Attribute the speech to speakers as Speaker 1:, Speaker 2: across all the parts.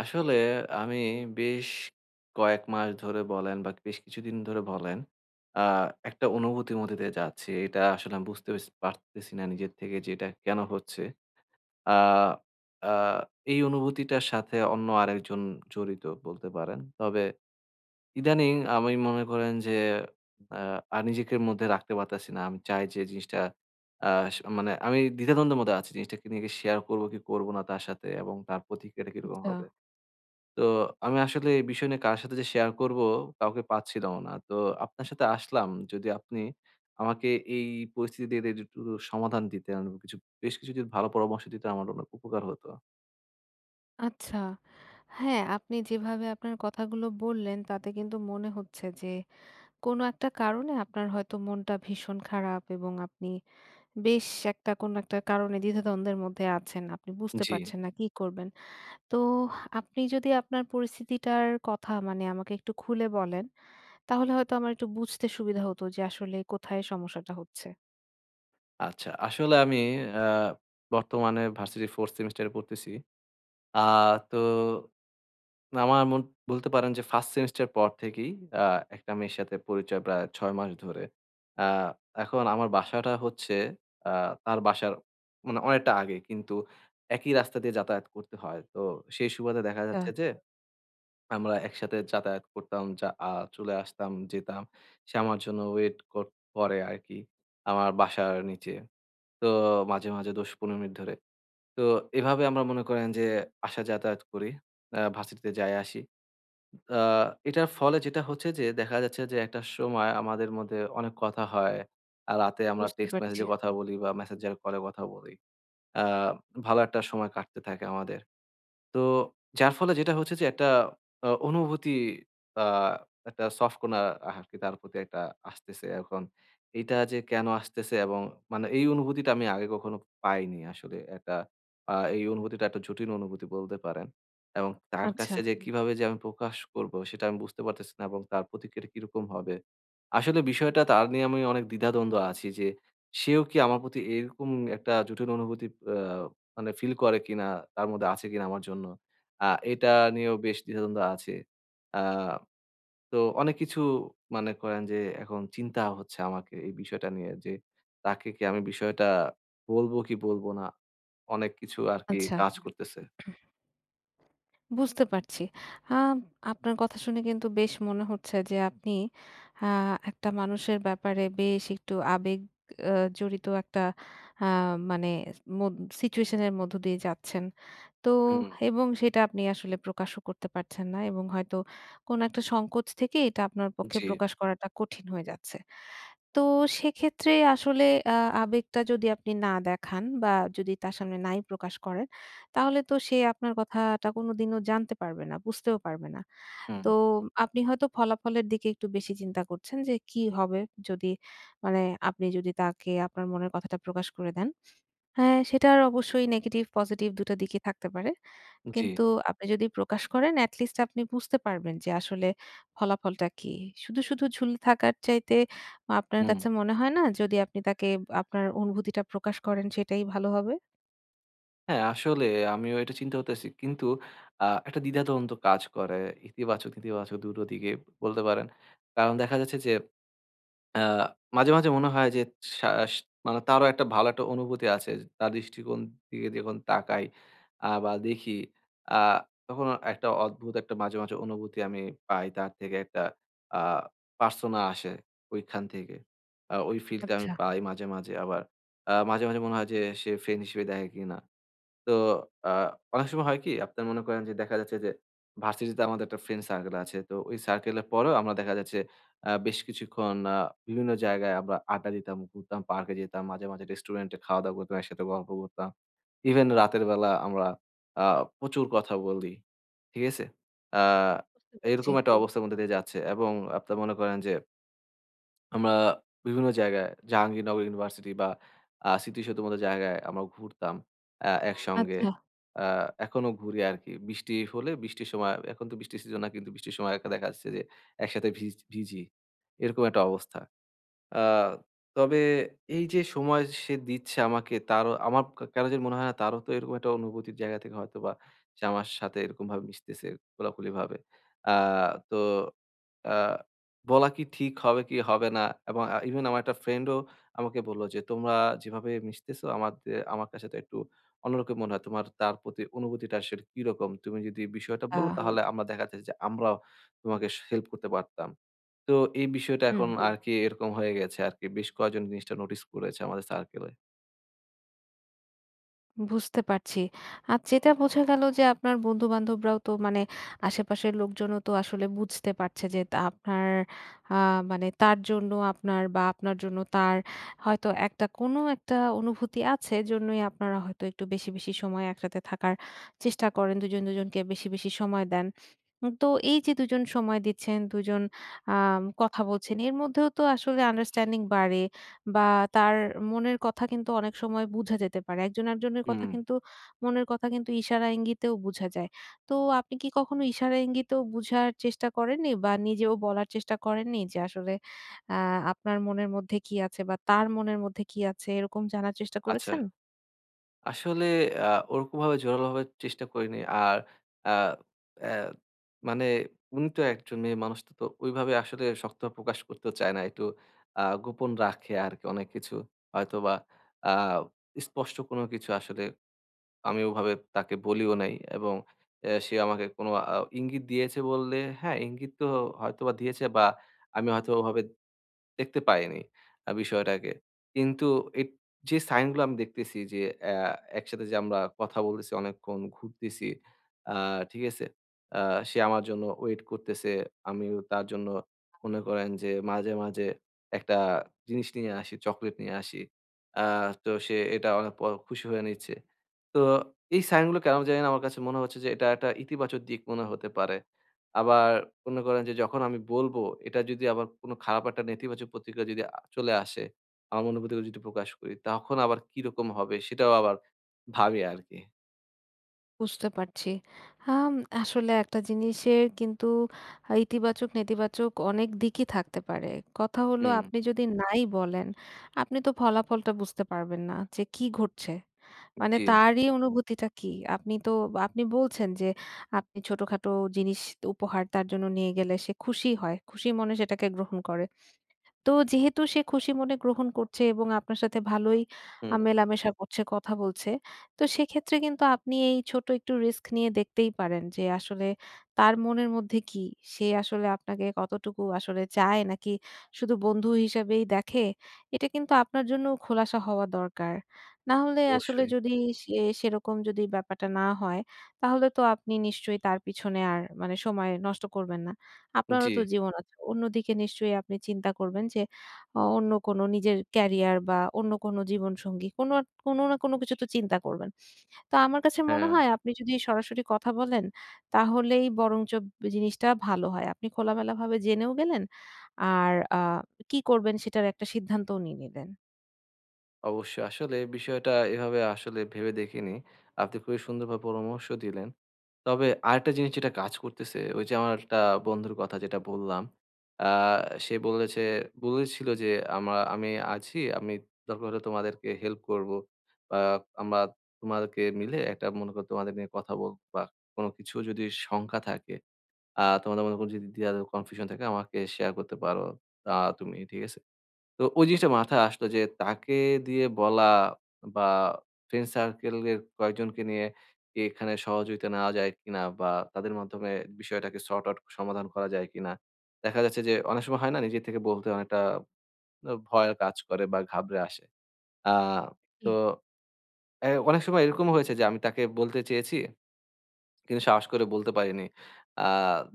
Speaker 1: আসলে আমি বেশ কয়েক মাস ধরে বলেন বা বেশ কিছুদিন ধরে বলেন, আ একটা অনুভূতির মধ্যে দিয়ে যাচ্ছি। এটা আসলে আমি বুঝতে পেরেছি পারতেছি না নিজের থেকে যে এটা কেন হচ্ছে। আ আ এই অনুভূতিটার সাথে অন্য আরেকজন জড়িত বলতে পারেন। তবে ইদানিং আমি মনে করেন যে আ আর নিজেকে মধ্যে রাখতে পারতেছি না। আমি চাই যে জিনিসটা আ স মানে আমি দ্বিধাদ্বন্দ্বের মধ্যে আছি। জিনিসটাকে নিয়ে শেয়ার করব কি করব না তার সাথে এবং তার প্রতিক্রিয়াটা কিরকম
Speaker 2: আচ্ছা,
Speaker 1: হবে। তো আমি আসলে এই বিষয় নিয়ে কার সাথে যে শেয়ার করব কাউকে পাচ্ছিলাম না। তো আপনার সাথে আসলাম। যদি আপনি আমাকে এই পরিস্থিতি দিয়ে দিয়ে একটু সমাধান দিতেন, কিছু বেশ কিছু যদি ভালো পরামর্শ দিতেন আমার অনেক উপকার হতো।
Speaker 2: আচ্ছা। হ্যাঁ, আপনি যেভাবে আপনার কথাগুলো বললেন তাতে কিন্তু মনে হচ্ছে যে কোনো একটা কারণে আপনার হয়তো মনটা ভীষণ খারাপ, এবং আপনি বেশ একটা কোনো একটা কারণে দ্বিধাদ্বন্দ্বের মধ্যে আছেন। আপনি বুঝতে
Speaker 1: জি।
Speaker 2: পারছেন না কি করবেন। তো আপনি যদি আপনার পরিস্থিতিটার কথা মানে আমাকে একটু খুলে বলেন, তাহলে হয়তো আমার একটু বুঝতে সুবিধা হতো যে আসলে কোথায় সমস্যাটা হচ্ছে।
Speaker 1: আচ্ছা। আসলে আমি আ বর্তমানে ভার্সিটির 4th সেমিস্টারে পড়তেছি। আ তো না, আমার মন বলতে পারেন যে 1st সেমেস্টার পর থেকেই আ একটা মেয়ের সাথে পরিচয় প্রায় ৬ মাস ধরে। আ এখন আমার বাসাটা হচ্ছে আ তার বাসার মানে অনেকটা আগে কিন্তু একই রাস্তা দিয়ে যাতায়াত করতে হয়। তো সেই সুবাদে দেখা
Speaker 2: আচ্ছা।
Speaker 1: যাচ্ছে যে আমরা একসাথে যাতায়াত করতাম, যা আ চলে আসতাম, যেতাম। সে আমার জন্য ওয়েট করে আরকি আমার বাসার নিচে। তো মাঝে মাঝে ১০-১৫ মিনিট ধরে। তো এভাবে আমরা মনে করেন যে আসা যাতায়াত করি। ভার্সিটিতে যাই আসি। আ এটার ফলে যেটা হচ্ছে যে দেখা যাচ্ছে যে একটা সময় আমাদের মধ্যে অনেক কথা হয়। রাতে আমরা
Speaker 2: বুঝতে
Speaker 1: টেক্সট
Speaker 2: পারছি।
Speaker 1: মেসেজে কথা বলি বা মেসেঞ্জার কলে কথা বলি। আ ভালো একটা সময় কাটতে থাকে আমাদের। তো যার ফলে যেটা হচ্ছে যে একটা আ অনুভূতি আ একটা সফট কর্নার আরকি তার প্রতি একটা আসতেছে। এখন এইটা যে কেন আসতেছে এবং মানে এই অনুভূতিটা আমি আগে কখনো পাইনি আসলে। একটা আ এই অনুভূতিটা একটা জটিল অনুভূতি বলতে পারেন। এবং তার
Speaker 2: আচ্ছা,
Speaker 1: কাছে যে হুম। কিভাবে যে আমি প্রকাশ করব সেটা আমি বুঝতে পারতেছি না এবং তার প্রতিক্রিয়া কিরকম হবে। আসলে বিষয়টা তার নিয়ে আমি অনেক দ্বিধাদ্বন্দ্ব আছি যে সেও কি আমার প্রতি এরকম একটা জটিল অনুভূতি আ মানে ফিল করে কিনা, তার মধ্যে আছে কিনা আমার জন্য। আ এটা নিয়েও বেশ দ্বিধাদ্বন্দ্ব আছে। আ তো অনেক কিছু মনে করেন যে এখন চিন্তা হচ্ছে আমাকে এই বিষয়টা নিয়ে যে তাকে কি আমি বিষয়টা বলব কি বলবো না? অনেক কিছু আরকি
Speaker 2: আচ্ছা।
Speaker 1: কাজ করতেছে।
Speaker 2: বুঝতে পারছি। আম আপনার কথা শুনে কিন্তু বেশ মনে হচ্ছে যে আপনি আ একটা মানুষের ব্যাপারে বেশ একটু আবেগ আ জড়িত একটা আ মানে মো সিচুয়েশন এর মধ্য দিয়ে যাচ্ছেন। তো
Speaker 1: হুম,
Speaker 2: এবং সেটা আপনি আসলে প্রকাশও করতে পারছেন না, এবং হয়তো কোনো একটা সংকোচ থেকে এটা আপনার পক্ষে
Speaker 1: জি,
Speaker 2: প্রকাশ করাটা কঠিন হয়ে যাচ্ছে। তো সেক্ষেত্রে আসলে আ আবেগটা যদি আপনি না দেখান, বা যদি তার সামনে নাই প্রকাশ করেন, তাহলে তো সে আপনার কথাটা কোনোদিনও জানতে পারবে না, বুঝতেও পারবে না।
Speaker 1: হুম,
Speaker 2: তো আপনি হয়তো ফলাফলের দিকে একটু বেশি চিন্তা করছেন যে কি হবে যদি, মানে, আপনি যদি তাকে আপনার মনের কথাটা প্রকাশ করে দেন। হ্যাঁ, সেটার অবশ্যই নেগেটিভ, পজিটিভ ২ টা দিকই থাকতে পারে।
Speaker 1: জি,
Speaker 2: কিন্তু আপনি যদি প্রকাশ করেন, at least আপনি বুঝতে পারবেন যে আসলে ফলাফলটা কি। শুধু, শুধু ঝুলে থাকার চাইতে আপনার
Speaker 1: হুম।
Speaker 2: কাছে মনে হয় না যদি আপনি তাকে আপনার অনুভূতিটা প্রকাশ করেন সেটাই ভালো হবে?
Speaker 1: হ্যাঁ, আসলে আমিও এটা চিন্তা করতেছি। কিন্তু একটা দ্বিধাদ্বন্দ্ব কাজ করে ইতিবাচক, নেতিবাচক দুটো দিকে বলতে পারেন। কারণ দেখা যাচ্ছে যে আ মাঝে মাঝে মনে হয় যে শাস মানে তারও একটা ভালো একটা অনুভূতি আছে। তার দৃষ্টিকোণ থেকে যখন তাকাই বা দেখি আ তখন একটা অদ্ভুত একটা মাঝে মাঝে অনুভূতি আমি পাই। তার থেকে একটা আ পার্সোনা আসে ওইখান থেকে। ওই ফিলটা আমি
Speaker 2: আচ্ছা।
Speaker 1: পাই মাঝে মাঝে আবার মাঝে মাঝে মনে হয় যে সে ফ্রেন্ড হিসেবে দেখে কিনা। তো আ অনেক সময় হয় কি? আপনার মনে করেন যে দেখা যাচ্ছে যে ভার্সিটিতে আমাদের একটা ফ্রেন্ড সার্কেল আছে। তো ওই সার্কেলের পরেও আমরা দেখা যাচ্ছে বেশ কিছুক্ষণ বিভিন্ন জায়গায় আমরা আড্ডা দিতাম, ঘুরতাম, পার্কে যেতাম, মাঝে মাঝে রেস্টুরেন্টে খাওয়া-দাওয়া করতাম, একসাথে গল্প করতাম। ইভেন রাতের বেলা আমরা আ প্রচুর কথা বলি। ঠিক আছে? আ
Speaker 2: বুঝতে পারছি।
Speaker 1: এরকম একটা জি। অবস্থার মধ্যে দিয়ে যাচ্ছে এবং আপনার মনে করেন যে আমরা বিভিন্ন জায়গায় জাহাঙ্গীরনগর ইউনিভার্সিটি বা স্মৃতিসৌধের মতো জায়গায় আমরা ঘুরতাম একসঙ্গে।
Speaker 2: আচ্ছা,
Speaker 1: হুম। আ এখনো ঘুরি আরকি। বৃষ্টি হলে বৃষ্টির সময় এখন তো বৃষ্টির সিজন না কিন্তু বৃষ্টির সময় একটা দেখা যাচ্ছে যে একসাথে ভিজি। এরকম একটা অবস্থা। আ তবে এই যে সময় সে দিচ্ছে আমাকে তারও আমার কেন জানি মনে হয় না তারও তো এরকম একটা অনুভূতির জায়গা থেকে হয়তোবা সে আমার সাথে এরকমভাবে মিশতেছে খোলাখুলিভাবে। আ তো আ বলা কি ঠিক হবে কি হবে না এবং ইভেন আমার একটা ফ্রেন্ডও আমাকে বলল যে, "তোমরা যেভাবে মিশতেছো আমার কাছে তো একটু অন্যরকম মনে হয়। তোমার তার প্রতি অনুভূতিটা আসলে কিরকম? তুমি যদি বিষয়টা
Speaker 2: আ
Speaker 1: বলো হুম। তাহলে আমরা দেখা যাচ্ছে যে আমরাও তোমাকে হেল্প করতে পারতাম।" তো এই বিষয়টা
Speaker 2: হুম।
Speaker 1: এখন হুম। আরকি এরকম হয়ে গেছে আরকি। বেশ কয়েকজন জিনিসটা নোটিস করেছে আমাদের সার্কেলে।
Speaker 2: বুঝতে পারছি। আর যেটা বোঝা গেল যে আপনার বন্ধু-বান্ধবরাও তো, মানে আশেপাশের লোকজনও তো আসলে বুঝতে পারছে যে তা আপনার আ মানে তার জন্য আপনার, বা আপনার জন্য তার হয়তো একটা কোনো একটা অনুভূতি আছে জন্যই আপনারা হয়তো একটু বেশি, বেশি সময় একসাথে থাকার চেষ্টা করেন। দুজন, দুজনকে বেশি, বেশি সময় দেন। তো এই যে দুজন সময় দিচ্ছেন, দুজন কথা বলছেন, এর মধ্যেও তো আসলে আন্ডারস্ট্যান্ডিং বাড়ে। বা তার মনের কথা কিন্তু অনেক সময় বুঝা যেতে পারে। একজন আরেকজনের কথা
Speaker 1: হুম,
Speaker 2: কিন্তু, মনের কথা কিন্তু ইশারা ইঙ্গিতেও বুঝা যায়। তো আপনি কি কখনো ইশারা ইঙ্গিতেও বুঝার চেষ্টা করেননি, বা নিজেও বলার চেষ্টা করেননি যে আসলে আ আপনার মনের মধ্যে কি আছে, বা তার মনের মধ্যে কি আছে, এরকম জানার চেষ্টা
Speaker 1: আচ্ছা।
Speaker 2: করেছেন?
Speaker 1: আসলে আ ওরকমভাবে জোরালোভাবে চেষ্টা করিনি। আর আ অ্যা মানে উনি তো একজন মেয়ে মানুষ তো, তো ওইভাবে আসলে শক্তভাবে প্রকাশ করতেও চায় না। একটু গোপন রাখে আরকি অনেক কিছু। হয়তোবা আ স্পষ্ট কোনো কিছু আসলে আমি ওভাবে তাকে বলিও নাই এবং সে আমাকে কোনো আ ইঙ্গিত দিয়েছে বললে হ্যাঁ, ইঙ্গিত তো হয়তোবা দিয়েছে বা আমি হয়তো ওভাবে দেখতে পাইনি বিষয়টাকে। কিন্তু এট যে সাইন গুলো আমি দেখতেছি যে একসাথে যে আমরা কথা বলতেছি অনেকক্ষণ, ঘুরতেছি, আ ঠিক আছে? আ সে আমার জন্য ওয়েট করতেছে। আমিও তার জন্য মনে করেন যে মাঝে মাঝে একটা জিনিস নিয়ে আসি, চকোলেট নিয়ে আসি। আ তো সে এটা অনেক প খুশি হয়ে নিচ্ছে। তো এই সাইন গুলো কেন জানি না আমার কাছে মনে হচ্ছে যে এটা একটা ইতিবাচক দিক মনে হতে পারে। আবার মনে করেন যে যখন আমি বলব, এটা যদি আবার কোন খারাপ একটা নেতিবাচক প্রতিক্রিয়া যদি চলে আসে, আমার অনুভূতিগুলো যদি প্রকাশ করি, তখন আবার কিরকম হবে সেটাও আবার ভাবি আরকি।
Speaker 2: বুঝতে পারছি। আম আসলে একটা জিনিসের কিন্তু ইতিবাচক, নেতিবাচক অনেক দিকই থাকতে পারে। কথা হলো,
Speaker 1: হুম,
Speaker 2: আপনি যদি নাই বলেন, আপনি তো ফলাফলটা বুঝতে পারবেন না যে কি ঘটছে। মানে
Speaker 1: জি,
Speaker 2: তারই অনুভূতিটা কি? আপনি তো, আপনি বলছেন যে আপনি ছোটখাটো জিনিস, উপহার তার জন্য নিয়ে গেলে সে খুশি হয়। খুশি মনে সেটাকে গ্রহণ করে। তো যেহেতু সে খুশি মনে গ্রহণ করছে, এবং আপনার সাথে ভালোই
Speaker 1: হুম,
Speaker 2: মেলামেশা করছে, কথা বলছে। তো সেক্ষেত্রে কিন্তু আপনি এই ছোট একটু রিস্ক নিয়ে দেখতেই পারেন যে আসলে তার মনের মধ্যে কি? সে আসলে আপনাকে কতটুকু আসলে চায়, নাকি শুধু বন্ধু হিসাবেই দেখে? এটা কিন্তু আপনার জন্যও খোলাসা হওয়া দরকার। না হলে আসলে
Speaker 1: অবশ্যই।
Speaker 2: যদি সে, সেরকম যদি ব্যাপারটা না হয়, তাহলে তো আপনি নিশ্চয়ই তার পিছনে আর, মানে, সময় নষ্ট করবেন না। আপনারও
Speaker 1: জি,
Speaker 2: তো জীবন আছে। অন্যদিকে নিশ্চয়ই আপনি চিন্তা করবেন যে অন্য কোনো নিজের ক্যারিয়ার, বা অন্য কোনো জীবনসঙ্গী, কোনো কোনো না কোনো কিছু তো চিন্তা করবেন। তো আমার কাছে মনে
Speaker 1: হ্যাঁ,
Speaker 2: হয় আপনি যদি সরাসরি কথা বলেন, তাহলেই বরঞ্চ জিনিসটা ভালো হয়। আপনি খোলামেলাভাবে জেনেও গেলেন, আর কি করবেন সেটার একটা সিদ্ধান্তও নিয়ে নিলেন।
Speaker 1: অবশ্যই। আসলে বিষয়টা এভাবে আসলে ভেবে দেখিনি। আপনি খুবই সুন্দরভাবে পরামর্শ দিলেন। তবে আরেকটা জিনিস যেটা কাজ করতেছে, ওই যে আমার একটা বন্ধুর কথা যেটা বললাম। আ সে বলেছিল যে, "আমি আছি, আমি দরকার হলে তোমাদেরকে হেল্প করব। বা আমরা তোমাদেরকে মিলে একটা মনে করো তোমাদের নিয়ে কথা বলব বা কোন কিছু যদি শঙ্কা থাকে, তোমাদের মধ্যে যদি দ্বিধা কনফিউশন থাকে আমাকে শেয়ার করতে পারো আ তুমি।" ঠিক আছে? তো ওই জিনিসটা মাথায় আসলো যে তাকে দিয়ে বলা বা ফ্রেন্ড সার্কেল এর কয়েকজনকে নিয়ে কি এখানে সহযোগিতা নেওয়া যায় কিনা বা তাদের মাধ্যমে বিষয়টাকে সর্ট আউট সমাধান করা যায় কিনা। দেখা যাচ্ছে যে অনেক সময় হয় না নিজে থেকে বলতে অনেকটা ভয় কাজ করে বা ঘাবড়ে আসে। আ
Speaker 2: জি,
Speaker 1: তো এ অনেক সময় এরকমও হয়েছে যে আমি তাকে বলতে চেয়েছি কিন্তু সাহস করে বলতে পারিনি। আ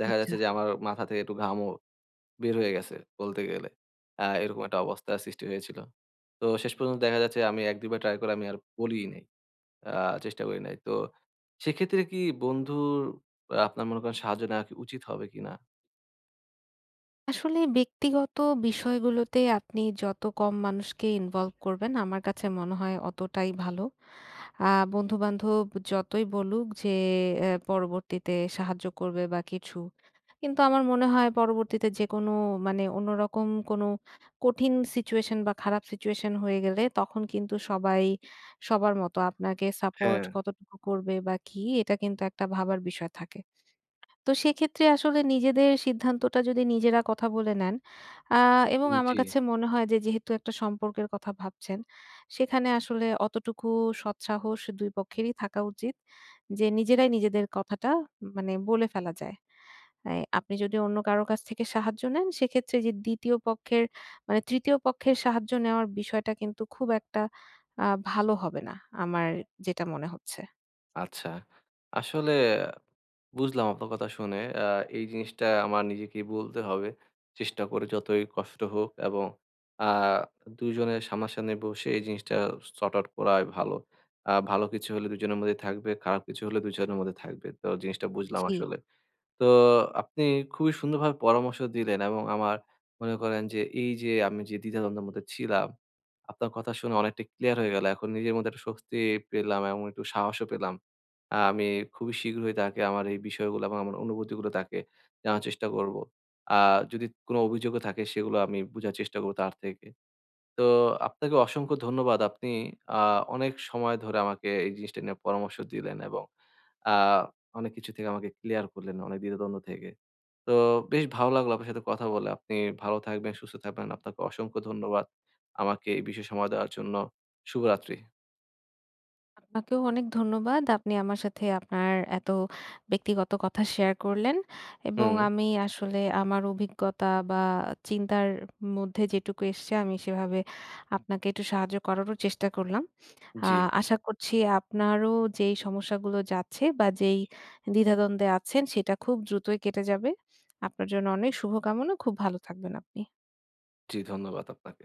Speaker 1: দেখা
Speaker 2: আচ্ছা।
Speaker 1: যাচ্ছে যে আমার মাথা থেকে একটু ঘামও বের হয়ে গেছে বলতে গেলে। এরকম একটা অবস্থা সৃষ্টি হয়েছিল। তো শেষ পর্যন্ত দেখা যাচ্ছে আমি ১-২ বার ট্রাই করে আর বলিই নাই। আ চেষ্টা করি নাই। তো সেক্ষেত্রে কি বন্ধুর আপনার মনে করেন সাহায্য নেওয়া কি উচিত হবে কিনা?
Speaker 2: আসলে ব্যক্তিগত বিষয়গুলোতে আপনি যত কম মানুষকে ইনভলভ করবেন, আমার কাছে মনে হয় অতটাই ভালো। আ বন্ধু-বান্ধব যতই বলুক যে এ, পরবর্তীতে সাহায্য করবে বা কিছু। কিন্তু আমার মনে হয় পরবর্তীতে যেকোনো, মানে অন্যরকম কোনো কঠিন সিচুয়েশন বা খারাপ সিচুয়েশন হয়ে গেলে তখন কিন্তু সবাই, সবার মতো আপনাকে সাপোর্ট
Speaker 1: হ্যাঁ।
Speaker 2: কতটুকু করবে বা কি, এটা কিন্তু একটা ভাবার বিষয় থাকে। তো সেক্ষেত্রে আসলে নিজেদের সিদ্ধান্তটা যদি নিজেরা কথা বলে নেন, আ এবং
Speaker 1: উম
Speaker 2: আমার
Speaker 1: জি।
Speaker 2: কাছে মনে হয় যে যেহেতু একটা সম্পর্কের কথা ভাবছেন, সেখানে আসলে অতটুকু সৎসাহস ২ পক্ষেরই থাকা উচিত যে নিজেরাই নিজেদের কথাটা, মানে, বলে ফেলা যায়। অ্যা আপনি যদি অন্য কারো কাছ থেকে সাহায্য নেন, সেক্ষেত্রে যে ২য় পক্ষের, মানে ৩য় পক্ষের সাহায্য নেওয়ার বিষয়টা কিন্তু খুব একটা ভালো হবে না, আমার যেটা মনে হচ্ছে।
Speaker 1: আচ্ছা। আসলে বুঝলাম আপনার কথা শুনে। এই জিনিসটা আমার নিজেকেই বলতে হবে। চেষ্টা করে যতই কষ্ট হোক এবং আ ২ জনের সামনাসামনি বসে এই জিনিসটা সর্ট আউট করাই ভালো। ভালো কিছু হলে ২ জনের মধ্যেই থাকবে, খারাপ কিছু হলে ২ জনের মধ্যে থাকবে। তো জিনিসটা বুঝলাম
Speaker 2: জি।
Speaker 1: আসলে। তো আপনি খুবই সুন্দরভাবে পরামর্শ দিলেন এবং আমার মনে করেন যে এই যে আমি যে দ্বিধাদ্বন্দ্বের মধ্যে ছিলাম, আপনার কথা শুনে অনেকটা ক্লিয়ার হয়ে গেল। এখন নিজের মধ্যে একটা স্বস্তি পেলাম এবং একটু সাহসও পেলাম। আমি খুবই শীঘ্রই তাকে আমার এই বিষয়গুলো এবং আমার অনুভূতিগুলো তাকে জানার চেষ্টা করব। আ যদি কোনো অভিযোগও থাকে সেগুলো আমি বুঝার চেষ্টা করব তার থেকে। তো আপনাকে অসংখ্য ধন্যবাদ। আপনি আ অনেক সময় ধরে আমাকে এই জিনিসটা নিয়ে পরামর্শ দিলেন এবং আ অনেক কিছু থেকে আমাকে ক্লিয়ার করলেন, অনেক দ্বিধাদ্বন্দ্ব থেকে। তো বেশ ভালো লাগলো আপনার সাথে কথা বলে। আপনি ভালো থাকবেন, সুস্থ থাকবেন। আপনাকে অসংখ্য ধন্যবাদ আমাকে এই বিষয়ে সময় দেওয়ার জন্য। শুভরাত্রি।
Speaker 2: আপনাকেও অনেক ধন্যবাদ। আপনি আমার সাথে আপনার এত ব্যক্তিগত কথা শেয়ার করলেন, এবং
Speaker 1: হুম,
Speaker 2: আমি আসলে আমার অভিজ্ঞতা বা চিন্তার মধ্যে যেটুকু এসছে, আমি সেভাবে আপনাকে একটু সাহায্য করারও চেষ্টা করলাম। আ
Speaker 1: জি,
Speaker 2: আশা করছি আপনারও যেই সমস্যাগুলো যাচ্ছে, বা যেই দ্বিধাদ্বন্দ্বে আছেন সেটা খুব দ্রুতই কেটে যাবে। আপনার জন্য অনেক শুভকামনা। খুব ভালো থাকবেন আপনি।
Speaker 1: জি ধন্যবাদ আপনাকে।